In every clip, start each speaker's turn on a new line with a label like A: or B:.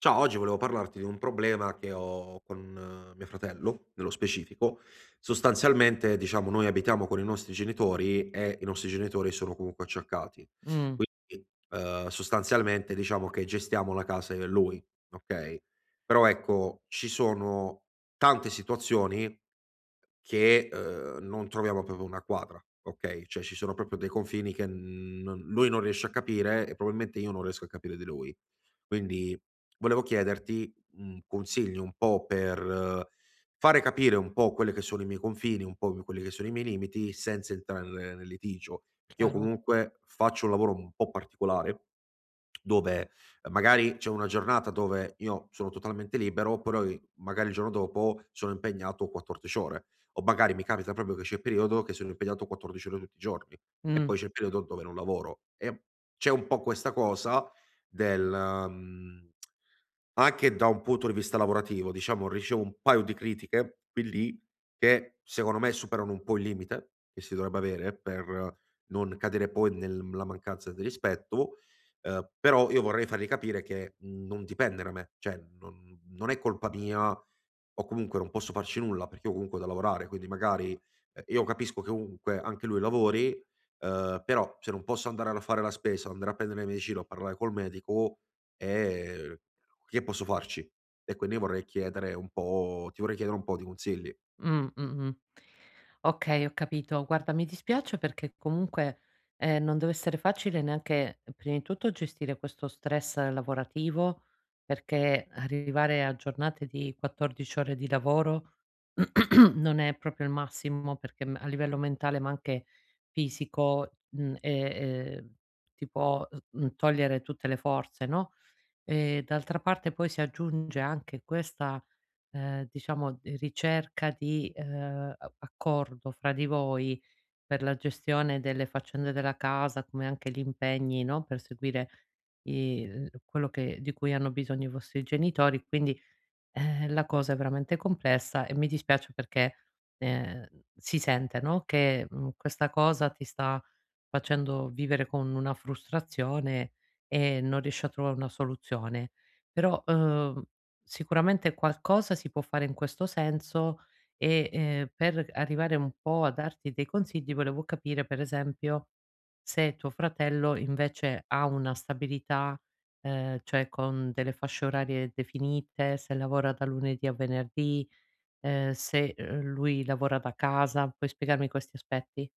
A: Ciao, oggi volevo parlarti di un problema che ho con mio fratello, nello specifico. Sostanzialmente, diciamo, noi abitiamo con i nostri genitori e i nostri genitori sono comunque acciaccati.
B: Mh,
A: Quindi, sostanzialmente, diciamo che gestiamo la casa io e lui, ok? Però ecco, ci sono tante situazioni che, non troviamo proprio una quadra, okay, cioè ci sono proprio dei confini che non lui non riesce a capire e probabilmente io non riesco a capire di lui. Quindi volevo chiederti, consigli un po' per fare capire un po' quelle che sono i miei confini, un po' quelli che sono i miei limiti, senza entrare nel litigio, perché io
B: chiaro.
A: comunque faccio un lavoro un po' particolare, dove magari c'è una giornata dove io sono totalmente libero, però i magari il giorno dopo sono impegnato 14 ore o magari mi capita proprio che c'è il periodo che sono impegnato 14 ore tutti i giorni e
B: Mh,
A: poi c'è il periodo dove non lavoro. E c'è un po' questa cosa del, mhmm, anche da un punto di vista lavorativo, diciamo, ricevo un paio di critiche qui e lì che secondo me superano un po' il limite che si dovrebbe avere per non cadere poi nella mancanza di rispetto, però io vorrei fargli capire che non dipende da me, cioè non è colpa mia o comunque non posso farci nulla perché io comunque ho da lavorare, quindi magari io capisco che comunque anche lui lavori, però se non posso andare a fare la spesa, andare a prendere la medicina o parlare col medico, ehm, che posso farci? E quindi vorrei chiedere un po' ti vorrei chiedere un po' di consigli.
B: mh-mh. Okay, ho capito. Guarda, mi dispiace perché comunque, non deve essere facile neanche, prima di tutto, gestire questo stress lavorativo, perché arrivare a giornate di 14 ore di lavoro non è proprio il massimo perché m a livello mentale, ma anche fisico, e ehm, ti può, togliere tutte le forze, no, e d'altra parte poi si aggiunge anche questa diciamo, ricerca di, a accordo fra di voi per la gestione delle faccende della casa, come anche gli impegni, no, per seguire i l quello che di cui hanno bisogno i vostri genitori. Quindi la cosa è veramente complessa e mi dispiace perché, ehm, si sente, no, che, questa cosa ti sta facendo vivere con una frustrazione e non riesci a trovare una soluzione. Però, sicuramente qualcosa si può fare in questo senso e, per arrivare un po' a darti dei consigli volevo capire, per esempio, se tuo fratello invece ha una stabilità, cioè con delle fasce orarie definite, se lavora da lunedì a venerdì, se, lui lavora da casa. Puoi spiegarmi questi aspetti?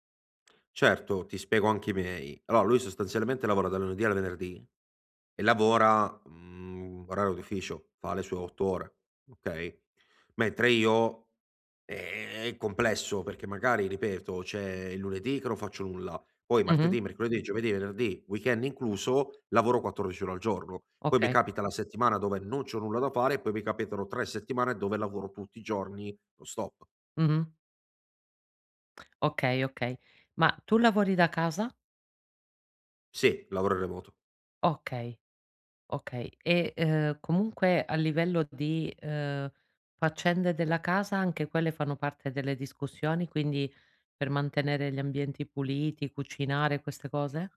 A: Certo, ti spiego anche i miei. Allora, lui sostanzialmente lavora dal lunedì al venerdì e lavora, orario d'ufficio, fa le sue 8 ore, okay, mentre io è complesso perché magari, ripeto, c'è il lunedì che non faccio nulla, poi
B: Mh-mh.
A: martedì, mercoledì, giovedì, venerdì, weekend incluso, lavoro 14 ore al giorno. Poi mi
B: Okay.
A: capita la settimana dove non c'ho nulla da fare e poi mi capitano 3 settimane dove lavoro tutti i giorni non stop.
B: Mh-mh. Okay, okay. Ma tu lavori da casa?
A: Sì, lavoro in remoto.
B: Okay, okay. E, comunque a livello di, faccende della casa anche quelle fanno parte delle discussioni, quindi per mantenere gli ambienti puliti, cucinare, queste cose?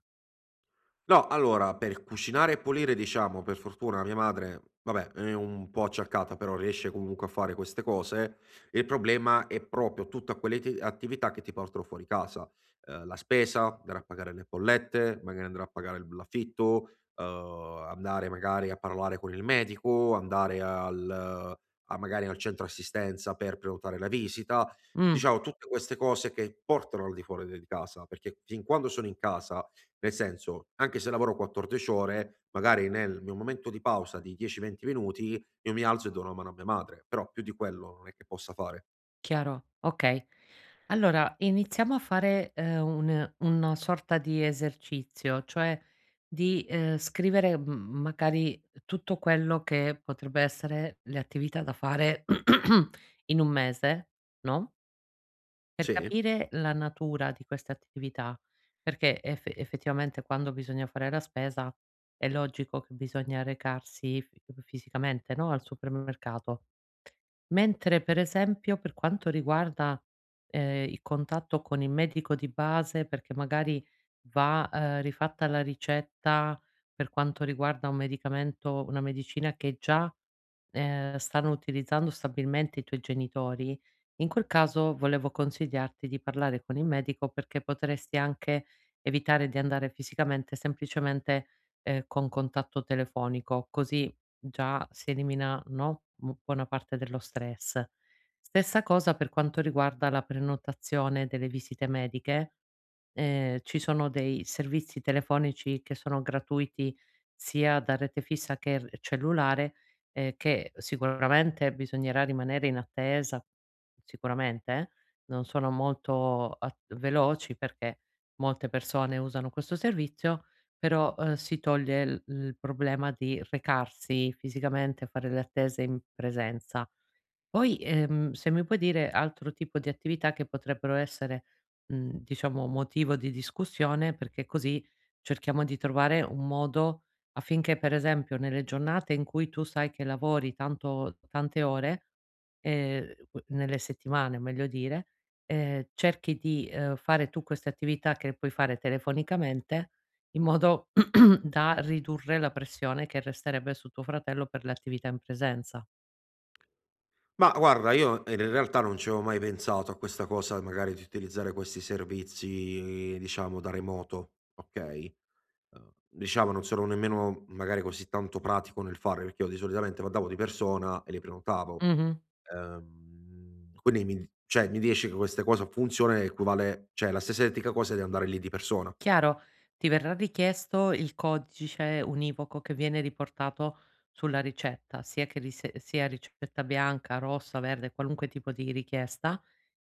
A: No, allora per cucinare e pulire diciamo, per fortuna mia madre, vabbè è un po' acciaccata, però riesce comunque a fare queste cose. Il problema è proprio tutta quelle ati attività che ti portano fuori casa, la spesa, andare a pagare le bollette, magari andare a pagare il l'affitto, andare magari a parlare con il medico, andare al a magari al centro assistenza per prenotare la visita,
B: Mh.
A: diciamo tutte queste cose che portano al di fuori de di casa, perché fin quando sono in casa nel senso, anche se lavoro 14 ore, magari nel mio momento di pausa di 10, 20 minuti, io mi alzo e do una mano a mia madre, però più di quello non è che possa fare.
B: Chiaro, okay. Allora iniziamo a fare, un una sorta di esercizio, cioè di, scrivere, m magari tutto quello che potrebbe essere le attività da fare in un mese, no, per
A: Sì?
B: capire la natura di queste attività, perché effettivamente quando bisogna fare la spesa è logico che bisogna recarsi fi fisicamente, no, al supermercato. Mentre per esempio per quanto riguarda, il contatto con il medico di base, perché magari va, rifatta la ricetta per quanto riguarda un medicamento una medicina che già stanno utilizzando stabilmente i tuoi genitori, in quel caso volevo consigliarti di parlare con il medico perché potresti anche evitare di andare fisicamente, semplicemente, con contatto telefonico, così già si elimina, no, bu buona parte dello stress. Stessa cosa per quanto riguarda la prenotazione delle visite mediche. Ci sono dei servizi telefonici che sono gratuiti sia da rete fissa che r cellulare, che sicuramente bisognerà rimanere in attesa, sicuramente, non sono molto at veloci perché molte persone usano questo servizio, però, si toglie l il problema di recarsi fisicamente, fare le attese in presenza. Poi, se mi puoi dire altro tipo di attività che potrebbero essere, diciamo motivo di discussione, perché così cerchiamo di trovare un modo affinché, per esempio, nelle giornate in cui tu sai che lavori tanto tante ore, u nelle settimane meglio dire, cerchi di, fare tu queste attività che puoi fare telefonicamente, in modo da ridurre la pressione che resterebbe su tuo fratello per le attività in presenza.
A: Ma guarda, io in realtà non ci avevo mai pensato a questa cosa, magari di utilizzare questi servizi, diciamo, da remoto, okay? Diciamo non sono nemmeno magari così tanto pratico nel fare, perché io di solitamente andavo di persona e li prenotavo.
B: Mh-mh.
A: Mi riesci che queste cosa funziona e equivale cioè è la stessa identica cosa di andare lì di persona.
B: Chiaro, ti verrà richiesto il codice univoco che viene riportato sulla ricetta, sia che ris sia ricetta bianca, rossa, verde, qualunque tipo di richiesta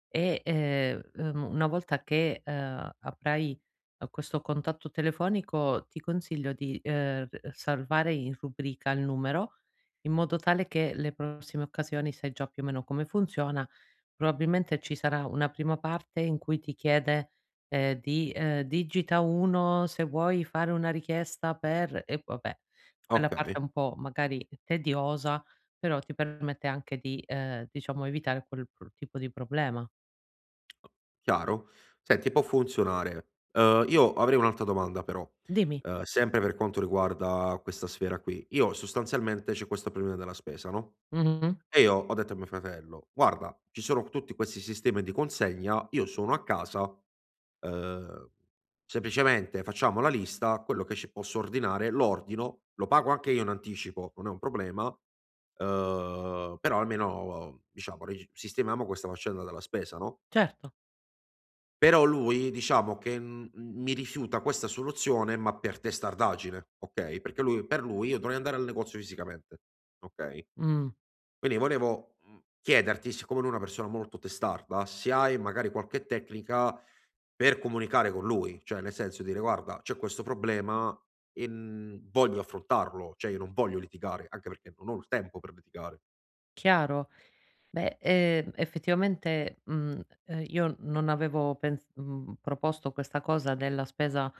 B: e, una volta che, avrai, questo contatto telefonico ti consiglio di, r salvare in rubrica il numero, in modo tale che le prossime occasioni sai già più o meno come funziona. Probabilmente ci sarà una prima parte in cui ti chiede, di digita 1 se vuoi fare una richiesta per e vabbè, quella
A: Okay,
B: parte un po' magari tediosa, però ti permette anche di, diciamo evitare quel pro tipo di problema.
A: chiaro. Senti può funzionare. Io avrei un'altra domanda però,
B: Dimmi.
A: sempre per quanto riguarda questa sfera qui. Io sostanzialmente c'è questo problema della spesa, no?
B: Mh-mh.
A: E io ho detto a mio fratello: "Guarda, ci sono tutti questi sistemi di consegna, io sono a casa, ehm, semplicemente facciamo la lista, quello che ci posso ordinare lo ordino, lo pago anche io in anticipo, non è un problema, però almeno diciamo regi sistemiamo questa faccenda della spesa", no,
B: Certo.
A: però lui diciamo che, mi rifiuta questa soluzione, ma per testardaggine, okay, perché lui per lui io dovrei andare al negozio fisicamente, okay?
B: Mh,
A: Quindi volevo, chiederti, siccome lui è una persona molto testarda, se hai magari qualche tecnica per comunicare con lui, cioè nel senso dire: "Guarda, c'è questo problema e, voglio affrontarlo, cioè io non voglio litigare, anche perché non ho il tempo per litigare".
B: chiaro. Beh, effettivamente, io non avevo proposto questa cosa della spesa,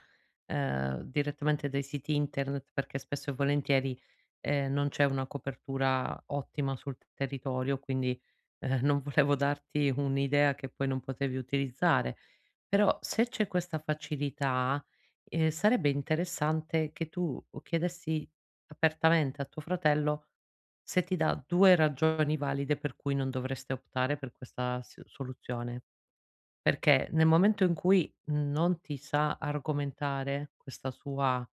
B: direttamente dai siti internet perché spesso e volentieri, non c'è una copertura ottima sul territorio, quindi, ehm, non volevo darti un'idea che poi non potevi utilizzare. Però se c'è questa facilità, sarebbe interessante che tu chiedessi apertamente a tuo fratello se ti dà 2 ragioni valide per cui non dovreste optare per questa s soluzione. Perché nel momento in cui non ti sa argomentare questa sua,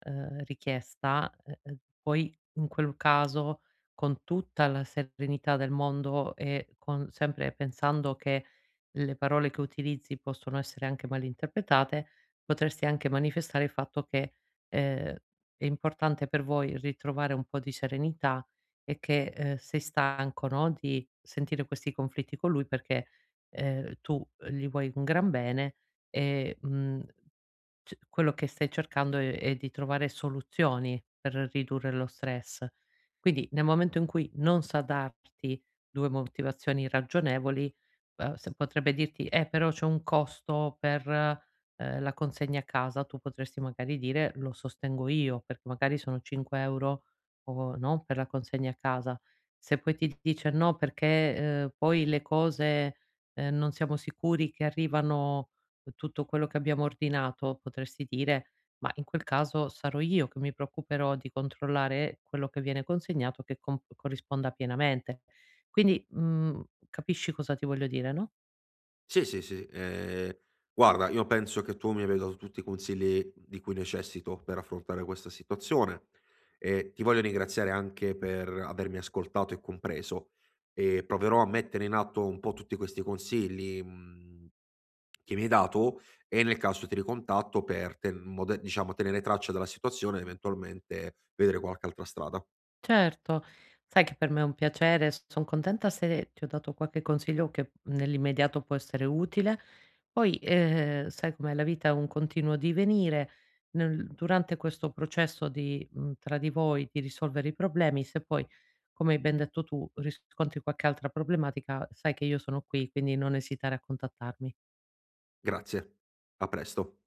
B: richiesta, poi in quel caso con tutta la serenità del mondo e con sempre pensando che le parole che utilizzi possono essere anche malinterpretate, potresti anche manifestare il fatto che, ehm, è importante per voi ritrovare un po' di serenità e che, sei stanco, no, di sentire questi conflitti con lui perché tu gli vuoi un gran bene e, mhmm c quello che stai cercando è di trovare soluzioni per ridurre lo stress. Quindi nel momento in cui non sa darti 2 motivazioni ragionevoli, se potrebbe dirti: però c'è un costo per, la consegna a casa." Tu potresti magari dire: "Lo sostengo io." Perché magari sono 5 € o no, per la consegna a casa. Se poi ti dice: "No, perché, poi le cose, non siamo sicuri che arrivano" tutto quello che abbiamo ordinato, potresti dire, ma in quel caso sarò io che mi preoccuperò di controllare quello che viene consegnato che corrisponda pienamente. Quindi, capisci cosa ti voglio dire, no?
A: Sì, sì, sì. Guarda, io penso che tu mi abbia dato tutti i consigli di cui necessito per affrontare questa situazione e ti voglio ringraziare anche per avermi ascoltato e compreso e proverò a mettere in atto un po' tutti questi consigli, che mi hai dato e nel caso ti ricontatto per ten mode diciamo tenere traccia della situazione, e eventualmente vedere qualche altra strada.
B: Certo, sai che per me è un piacere, son contenta se ti ho dato qualche consiglio che nell'immediato può essere utile. Poi, sai com'è, la vita è un continuo divenire, nel durante questo processo di tra di voi, di risolvere i problemi, se poi, come hai ben detto tu, riscontri qualche altra problematica, sai che io sono qui, quindi non esitare a contattarmi.
A: Grazie. A presto.